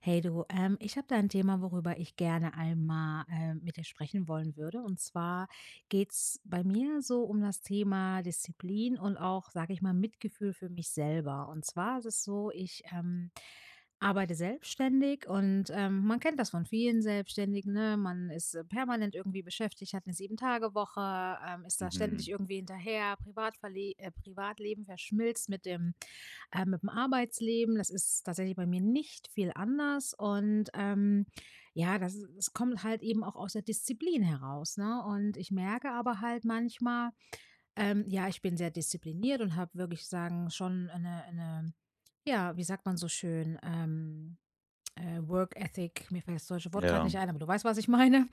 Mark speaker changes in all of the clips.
Speaker 1: Hey du, ich habe da ein Thema, worüber ich gerne einmal mit dir sprechen wollen würde. Und zwar geht's bei mir so um das Thema Disziplin und auch, sage ich mal, Mitgefühl für mich selber. Und zwar ist es so, ich arbeite selbstständig und man kennt das von vielen Selbstständigen. Ne? Man ist permanent irgendwie beschäftigt, hat eine Sieben-Tage-Woche, ist da ständig
Speaker 2: Mhm.
Speaker 1: irgendwie hinterher, Privatverle Privatleben verschmilzt mit dem Arbeitsleben. Das ist tatsächlich bei mir nicht viel anders. Ja, das kommt halt eben auch aus der Disziplin heraus. Ne? Und ich merke aber halt manchmal, ja, ich bin sehr diszipliniert und habe wirklich sagen, schon eine ja, wie sagt man so schön, Work Ethic, mir fällt das deutsche Wort gerade
Speaker 2: Ja.
Speaker 1: nicht ein, aber du weißt, was ich meine.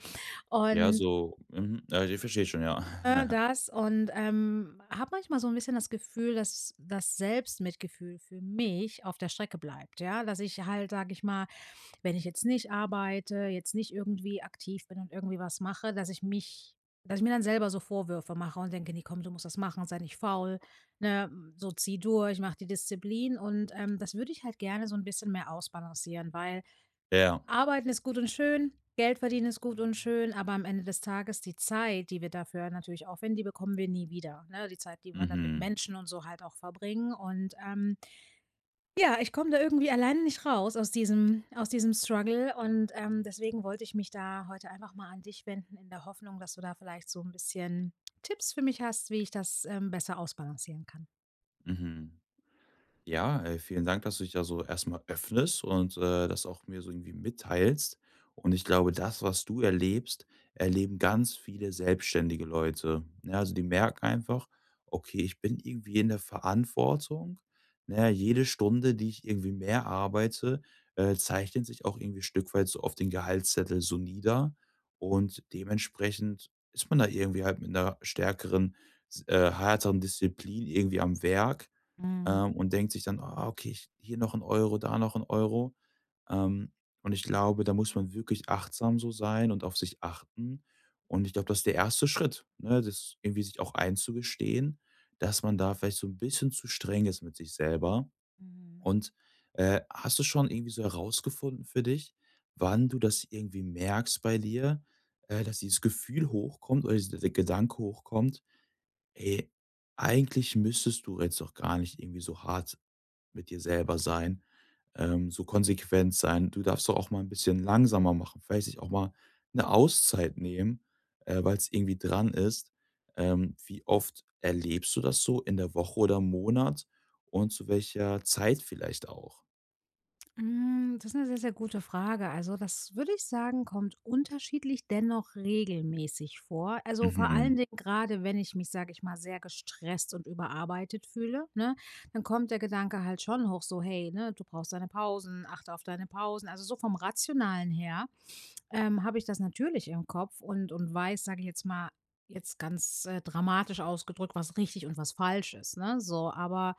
Speaker 2: Ja,
Speaker 1: Und
Speaker 2: so mhm. Ja, ich verstehe schon, ja.
Speaker 1: das und, habe manchmal so ein bisschen das Gefühl, dass das Selbstmitgefühl für mich auf der Strecke bleibt, ja? Dass ich halt, sage ich mal, wenn ich jetzt nicht arbeite, jetzt nicht irgendwie aktiv bin und irgendwie was mache, dass ich mir dann selber so Vorwürfe mache und denke: „Ne, komm, du musst das machen, sei nicht faul, ne? So, zieh durch, mach die Disziplin.“ Und, das würde ich halt gerne so ein bisschen mehr ausbalancieren, weil
Speaker 2: Ja.
Speaker 1: Arbeiten ist gut und schön, Geld verdienen ist gut und schön, aber am Ende des Tages die Zeit, die wir dafür natürlich aufwenden, die bekommen wir nie wieder, ne? Die Zeit, die wir dann mit
Speaker 2: Mhm.
Speaker 1: Menschen und so halt auch verbringen und, ja, ich komme da irgendwie alleine nicht raus aus diesem Struggle und, deswegen wollte ich mich da heute einfach mal an dich wenden in der Hoffnung, dass du da vielleicht so ein bisschen Tipps für mich hast, wie ich das, besser ausbalancieren kann.
Speaker 2: Mhm. Ja, vielen Dank, dass du dich da so erstmal öffnest und das auch mir so irgendwie mitteilst. Und ich glaube, das, was du erlebst, erleben ganz viele selbstständige Leute. Ne, also die merken einfach, okay, ich bin irgendwie in der Verantwortung. Ne, jede Stunde, die ich irgendwie mehr arbeite, zeichnet sich auch irgendwie ein Stück weit so auf den Gehaltszettel so nieder. Und dementsprechend ist man da irgendwie halt mit einer stärkeren, härteren Disziplin irgendwie am Werk.
Speaker 1: Mhm,
Speaker 2: Und denkt sich dann: „Ah, okay, ich hier noch ein Euro, da noch ein Euro.“ Ähm, und ich glaube, da muss man wirklich achtsam so sein und auf sich achten. Und ich glaube, das ist der erste Schritt, ne, das irgendwie sich auch einzugestehen, dass man da vielleicht so ein bisschen zu streng ist mit sich selber.
Speaker 1: mhm.
Speaker 2: Und, hast du schon irgendwie so herausgefunden für dich, wann du das irgendwie merkst bei dir, dass dieses Gefühl hochkommt oder dieser der Gedanke hochkommt: „Ey, eigentlich müsstest du jetzt doch gar nicht irgendwie so hart mit dir selber sein, so konsequent sein. Du darfst doch auch mal ein bisschen langsamer machen, vielleicht sich auch mal eine Auszeit nehmen, weil es irgendwie dran ist. Wie oft erlebst du das so in der Woche oder im Monat und zu welcher Zeit vielleicht auch?“
Speaker 1: Hm, das ist eine sehr, sehr gute Frage. Also, das würde ich sagen, kommt unterschiedlich, dennoch regelmäßig vor. Also, vor allen
Speaker 2: Mhm.
Speaker 1: Dingen gerade, wenn ich mich, sage ich mal, sehr gestresst und überarbeitet fühle, ne, dann kommt der Gedanke halt schon hoch, so: „Hey, ne, du brauchst deine Pausen, achte auf deine Pausen.“ Also, so vom Rationalen her, habe ich das natürlich im Kopf und weiß, sage ich jetzt mal jetzt ganz, dramatisch ausgedrückt, was richtig und was falsch ist, ne, so. Aber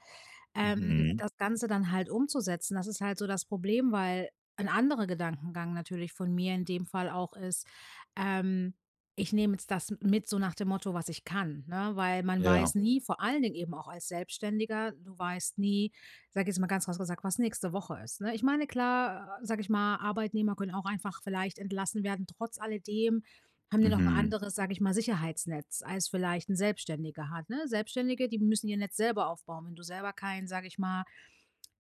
Speaker 2: Mhm.
Speaker 1: das Ganze dann halt umzusetzen. Das ist halt so das Problem, weil ein anderer Gedankengang natürlich von mir in dem Fall auch ist, ähm, ich nehme jetzt das mit so nach dem Motto, was ich kann, ne? Weil man
Speaker 2: Ja.
Speaker 1: weiß Mhm. nie, vor allen Dingen eben auch als Selbstständiger, du weißt nie, sage ich jetzt mal ganz krass gesagt, was nächste Woche ist, ne? Ich meine, klar, sage ich mal, Arbeitnehmer können auch einfach vielleicht entlassen werden, trotz alledem. Haben die noch ein
Speaker 2: Mhm.
Speaker 1: anderes, sage ich mal, Sicherheitsnetz, als vielleicht ein Selbstständiger hat, ne? Selbstständige, die müssen ihr Netz selber aufbauen. Wenn du selber kein, sage ich mal,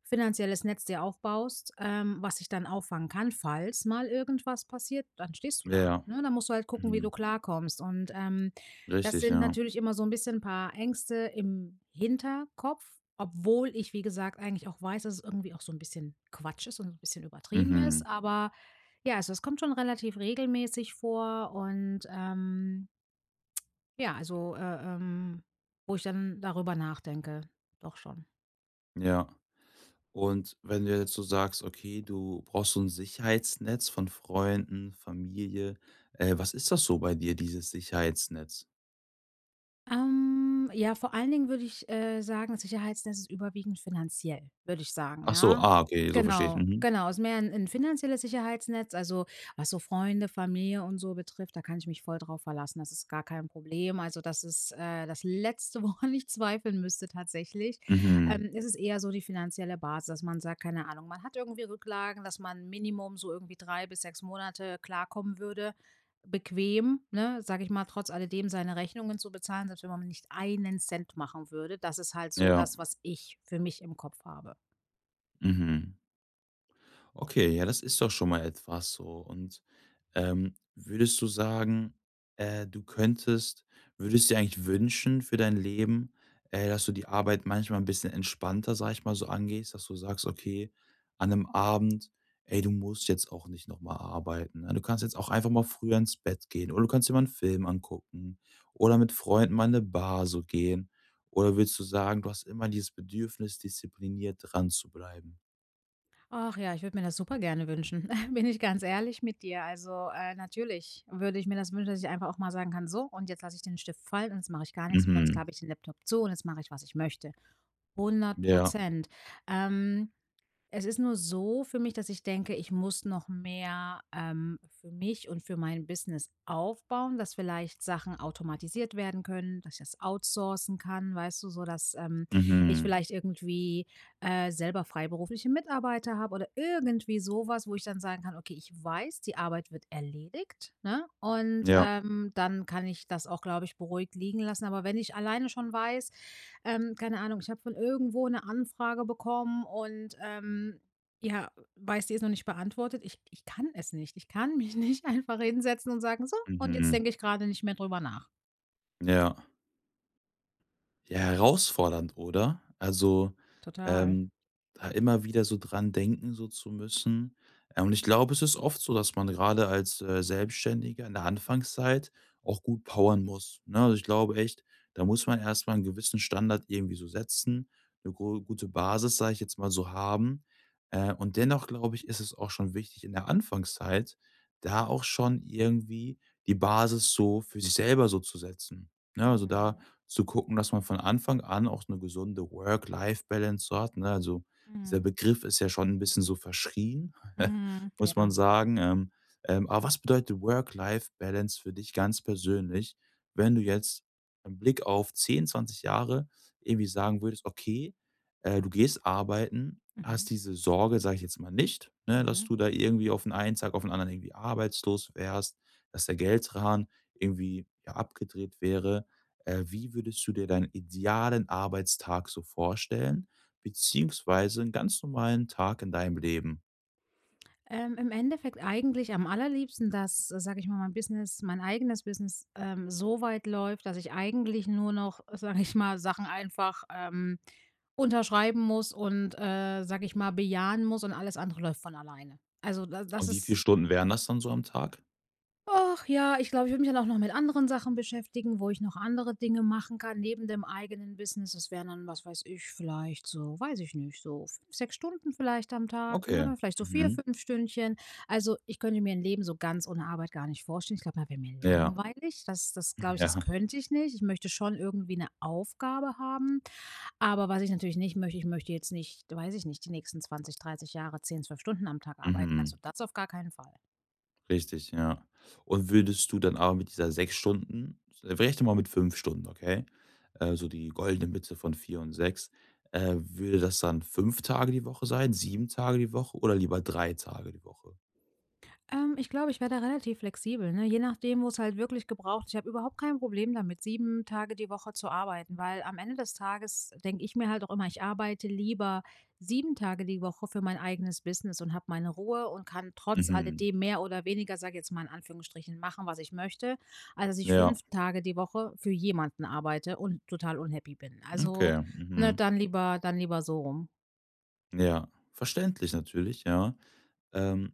Speaker 1: finanzielles Netz dir aufbaust, was dich dann auffangen kann, falls mal irgendwas passiert, dann stehst du da,
Speaker 2: Ja.
Speaker 1: ne? Dann musst du halt gucken, wie du
Speaker 2: Mhm.
Speaker 1: klarkommst. Und, das
Speaker 2: Richtig,
Speaker 1: sind
Speaker 2: ja.
Speaker 1: natürlich immer so ein bisschen ein paar Ängste im Hinterkopf, obwohl ich, wie gesagt, eigentlich auch weiß, dass es irgendwie auch so ein bisschen Quatsch ist und so ein bisschen übertrieben
Speaker 2: Mhm.
Speaker 1: ist, aber ja, also es kommt schon relativ regelmäßig vor und, ja, also, äh, ähm, wo ich dann darüber nachdenke, doch schon.
Speaker 2: Ja. Und wenn du jetzt so sagst, okay, du brauchst so ein Sicherheitsnetz von Freunden, Familie, was ist das so bei dir, dieses Sicherheitsnetz?
Speaker 1: Ja, vor allen Dingen würde ich, sagen, Sicherheitsnetz ist überwiegend finanziell, würde ich sagen,
Speaker 2: Ach so,
Speaker 1: ja.
Speaker 2: ah, okay, so verstehe ich.
Speaker 1: Genau,
Speaker 2: Mhm.
Speaker 1: genau. Ist mehr ein 'n finanzielles Sicherheitsnetz, also, was so Freunde, Familie und so betrifft, da kann ich mich voll drauf verlassen. Das ist gar kein Problem. Also, das ist, das Letzte, woran ich zweifeln müsste tatsächlich.
Speaker 2: Mhm.
Speaker 1: Es ist eher so die finanzielle Basis, dass man sagt, keine Ahnung, man hat irgendwie Rücklagen, dass man Minimum so irgendwie 3 bis 6 Monate klarkommen würde bequem, ne, sage ich mal, trotz alledem seine Rechnungen zu bezahlen, selbst wenn man nicht einen Cent machen würde. Das ist halt so
Speaker 2: Ja.
Speaker 1: das, was ich für mich im Kopf habe.
Speaker 2: Mhm. Okay, ja, das ist doch schon mal etwas so. Und würdest du sagen, du könntest würdest dir eigentlich wünschen für dein Leben, dass du die Arbeit manchmal ein bisschen entspannter, sag ich mal, so angehst, dass du sagst: „Okay, an einem Abend, ey, du musst jetzt auch nicht nochmal arbeiten, ne? Du kannst jetzt auch einfach mal früher ins Bett gehen oder du kannst dir mal 'n Film angucken oder mit Freunden mal in eine Bar so gehen.“ Oder würdest du sagen, du hast immer dieses Bedürfnis, diszipliniert dran zu bleiben?
Speaker 1: Ach ja, ich würde mir das super gerne wünschen. Bin ich ganz ehrlich mit dir. Also natürlich würde ich mir das wünschen, dass ich einfach auch mal sagen kann, so, und jetzt lasse ich den Stift fallen und jetzt mache ich gar nichts mehr und jetzt
Speaker 2: Mhm.
Speaker 1: klappe ich den Laptop zu und jetzt mache ich, was ich möchte. Hundert
Speaker 2: Ja.
Speaker 1: Prozent. Ähm, Es ist nur so für mich, dass ich denke, ich muss noch mehr für mich und für mein Business aufbauen, dass vielleicht Sachen automatisiert werden können, dass ich das outsourcen kann, weißt du, so dass ich
Speaker 2: Mhm.
Speaker 1: vielleicht irgendwie selber freiberufliche Mitarbeiter habe oder irgendwie sowas, wo ich dann sagen kann, okay, ich weiß, die Arbeit wird erledigt, ne? Und
Speaker 2: Ja.
Speaker 1: dann kann ich das auch, glaube ich, beruhigt liegen lassen. Aber wenn ich alleine schon weiß, keine Ahnung, ich habe von irgendwo eine Anfrage bekommen und, ja, weiß, die ist noch nicht beantwortet. Ich kann es nicht. Ich kann mich nicht einfach hinsetzen und sagen: „So, und jetzt
Speaker 2: Mhm.
Speaker 1: denke ich gerade nicht mehr drüber nach.“
Speaker 2: Ja. Ja, herausfordernd, oder? Also,
Speaker 1: Total.
Speaker 2: ähm, da immer wieder so dran denken so zu müssen. Und ich glaube, es ist oft so, dass man gerade als, Selbstständiger in der Anfangszeit auch gut powern muss, ne? Also, ich glaube echt, da muss man erstmal einen gewissen Standard irgendwie so setzen, eine go gute Basis, sage ich jetzt mal so, haben. Und dennoch glaube ich, ist es auch schon wichtig in der Anfangszeit, da auch schon irgendwie die Basis so für sich selber so zu setzen, ne? Also, da
Speaker 1: Mhm.
Speaker 2: zu gucken, dass man von Anfang an auch eine gesunde Work-Life-Balance so hat, ne? Also, dieser
Speaker 1: Mhm.
Speaker 2: Begriff ist ja schon ein bisschen so verschrien,
Speaker 1: Mhm.
Speaker 2: muss man
Speaker 1: Ja.
Speaker 2: sagen. Aber was bedeutet Work-Life-Balance für dich ganz persönlich, wenn du jetzt im Blick auf 10, 20 Jahre irgendwie sagen würdest: „Okay, du gehst arbeiten,
Speaker 1: Mhm.
Speaker 2: hast diese Sorge“, sage ich jetzt mal nicht, ne, dass
Speaker 1: Mhm.
Speaker 2: du da irgendwie auf den einen Tag auf den anderen irgendwie arbeitslos wärst, dass der Geldrahmen irgendwie, ja, abgedreht wäre. Wie würdest du dir deinen idealen Arbeitstag so vorstellen, beziehungsweise einen ganz normalen Tag in deinem Leben?
Speaker 1: Im Endeffekt eigentlich am allerliebsten, dass, sage ich mal, mein eigenes Business, so weit läuft, dass ich eigentlich nur noch, sage ich mal, Sachen einfach, unterschreiben muss und, sage ich mal, bejahen muss und alles andere läuft von alleine. Also da das
Speaker 2: Und wie viele
Speaker 1: ist.
Speaker 2: Stunden wären das dann so am Tag?
Speaker 1: Ach ja, ich glaube, ich würde mich dann auch noch mit anderen Sachen beschäftigen, wo ich noch andere Dinge machen kann neben dem eigenen Business. Das wären dann, was weiß ich, vielleicht so, weiß ich nicht, so 5, 6 Stunden vielleicht am Tag, ne?
Speaker 2: Okay.
Speaker 1: Vielleicht so 4,
Speaker 2: Mhm.
Speaker 1: 5 Stündchen. Also, ich könnte mir ein Leben so ganz ohne Arbeit gar nicht vorstellen. Ich glaube, da wäre mir
Speaker 2: Ja.
Speaker 1: langweilig. Das glaube ich, das
Speaker 2: Ja.
Speaker 1: könnte ich nicht. Ich möchte schon irgendwie eine Aufgabe haben, aber was ich natürlich nicht möchte, ich möchte jetzt nicht, weiß ich nicht, die nächsten 20, 30 Jahre 10, 12 Stunden am Tag arbeiten. Also,
Speaker 2: Mhm.
Speaker 1: das auf gar keinen Fall.
Speaker 2: Richtig, ja. Und würdest du dann aber mit dieser 6 Stunden vielleicht mal mit 5 Stunden, okay? So die goldene Mitte von 4 und sechs. Würde das dann 5 Tage die Woche sein, 7 Tage die Woche oder lieber 3 Tage die Woche?
Speaker 1: Ich glaube, ich wäre da relativ flexibel, ne? Je nachdem, wo es halt wirklich gebraucht ist. Ich habe überhaupt kein Problem damit, 7 Tage die Woche zu arbeiten, weil am Ende des Tages denke ich mir halt auch immer, ich arbeite lieber 7 Tage die Woche für mein eigenes Business und habe meine Ruhe und kann trotz
Speaker 2: Mhm.
Speaker 1: alledem mehr oder weniger, sage jetzt mal in Anführungsstrichen, machen, was ich möchte, als dass ich
Speaker 2: Ja.
Speaker 1: 5 Tage die Woche für jemanden arbeite und total unhappy bin. Also,
Speaker 2: Okay.
Speaker 1: ne,
Speaker 2: Mhm.
Speaker 1: dann lieber so rum.
Speaker 2: Ja, verständlich natürlich, ja. Ähm,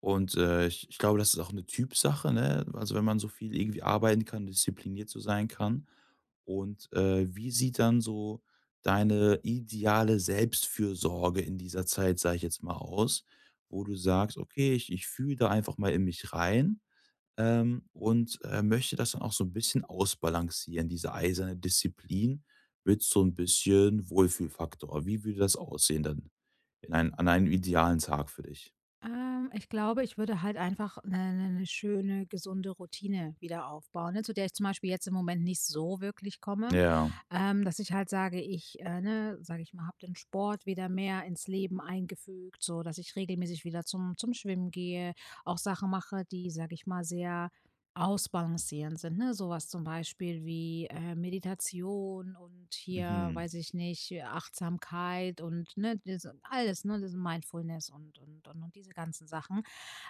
Speaker 2: und, ich glaube, das ist auch eine Typsache, ne? Also, wenn man so viel irgendwie arbeiten kann, diszipliniert so sein kann. Und, wie sieht dann so deine ideale Selbstfürsorge in dieser Zeit, sage ich jetzt mal, aus, wo du sagst: „Okay, ich fühle da einfach mal in mich rein, und, möchte das dann auch so ein bisschen ausbalancieren, diese eiserne Disziplin mit so ein bisschen Wohlfühlfaktor.“ Wie würde das aussehen dann? In ein an einen idealen Tag für dich.
Speaker 1: Ich glaube, ich würde halt einfach eine ne, ne schöne, gesunde Routine wieder aufbauen, ne, zu der ich zum Beispiel jetzt im Moment nicht so wirklich komme.
Speaker 2: Ja.
Speaker 1: Dass ich halt sage, ich, ne, sage ich mal, habe den Sport wieder mehr ins Leben eingefügt, so dass ich regelmäßig wieder zum Schwimmen gehe, auch Sachen mache, die, sage ich mal, sehr ausbalancieren sind, ne? Sowas zum Beispiel wie, Meditation und hier,
Speaker 2: Mhm.
Speaker 1: weiß ich nicht, Achtsamkeit und, ne, diese alles, ne, diese Mindfulness und diese ganzen Sachen.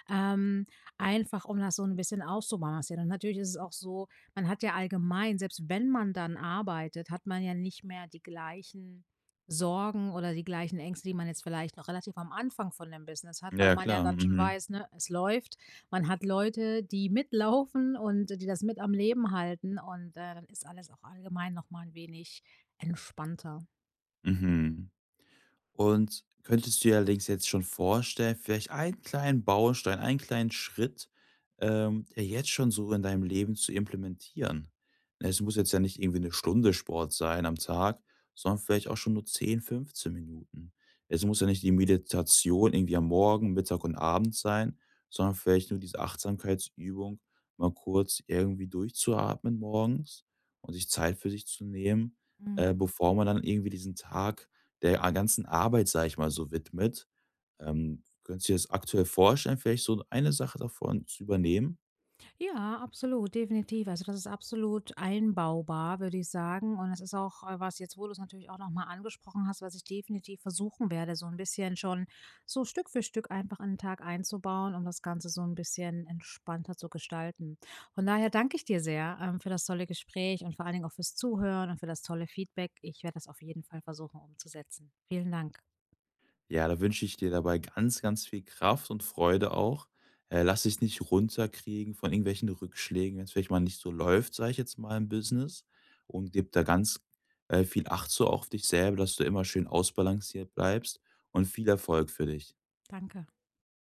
Speaker 1: Ähm, Einfach um das so ein bisschen auszubalancieren. Und natürlich ist es auch so, man hat ja allgemein selbst wenn man dann arbeitet, hat man ja nicht mehr die gleichen Sorgen oder die gleichen Ängste, die man jetzt vielleicht noch relativ am Anfang von dem Business hat, weil
Speaker 2: Ja,
Speaker 1: man ja
Speaker 2: klar.
Speaker 1: dann schon
Speaker 2: Mhm.
Speaker 1: weiß, ne, es läuft. Man hat Leute, die mitlaufen und die das mit am Leben halten und, dann ist alles auch allgemein noch mal 'n wenig entspannter.
Speaker 2: Mhm. Und könntest du dir allerdings jetzt schon vorstellen, vielleicht einen kleinen Baustein, einen kleinen Schritt, der jetzt schon so in deinem Leben zu implementieren? Ne, es muss jetzt ja nicht irgendwie eine Stunde Sport sein am Tag, sondern vielleicht auch schon nur 10, 15 Minuten. Es muss ja nicht die Meditation irgendwie am Morgen, Mittag und Abend sein, sondern vielleicht nur diese Achtsamkeitsübung, mal kurz irgendwie durchzuatmen morgens und sich Zeit für sich zu nehmen,
Speaker 1: Mhm.
Speaker 2: bevor man dann irgendwie diesen Tag der a ganzen Arbeit, sage ich mal, so widmet. Könntest du dir das aktuell vorstellen, vielleicht so eine Sache davon zu übernehmen?
Speaker 1: Ja, absolut, definitiv. Also das ist absolut einbaubar, würde ich sagen. Und es ist auch, was jetzt, wo du es natürlich auch nochmal angesprochen hast, was ich definitiv versuchen werde, so ein bisschen schon so Stück für Stück einfach in den Tag einzubauen, um das Ganze so ein bisschen entspannter zu gestalten. Von daher danke ich dir sehr, für das tolle Gespräch und vor allen Dingen auch fürs Zuhören und für das tolle Feedback. Ich werde das auf jeden Fall versuchen umzusetzen. Vielen Dank.
Speaker 2: Ja, da wünsche ich dir dabei ganz, ganz viel Kraft und Freude auch. Lass dich nicht runterkriegen von irgendwelchen Rückschlägen, wenn es vielleicht mal nicht so läuft, sage ich jetzt mal im Business. Und gib da ganz viel Acht so auch auf dich selber, dass du immer schön ausbalanciert bleibst. Und viel Erfolg für dich.
Speaker 1: Danke.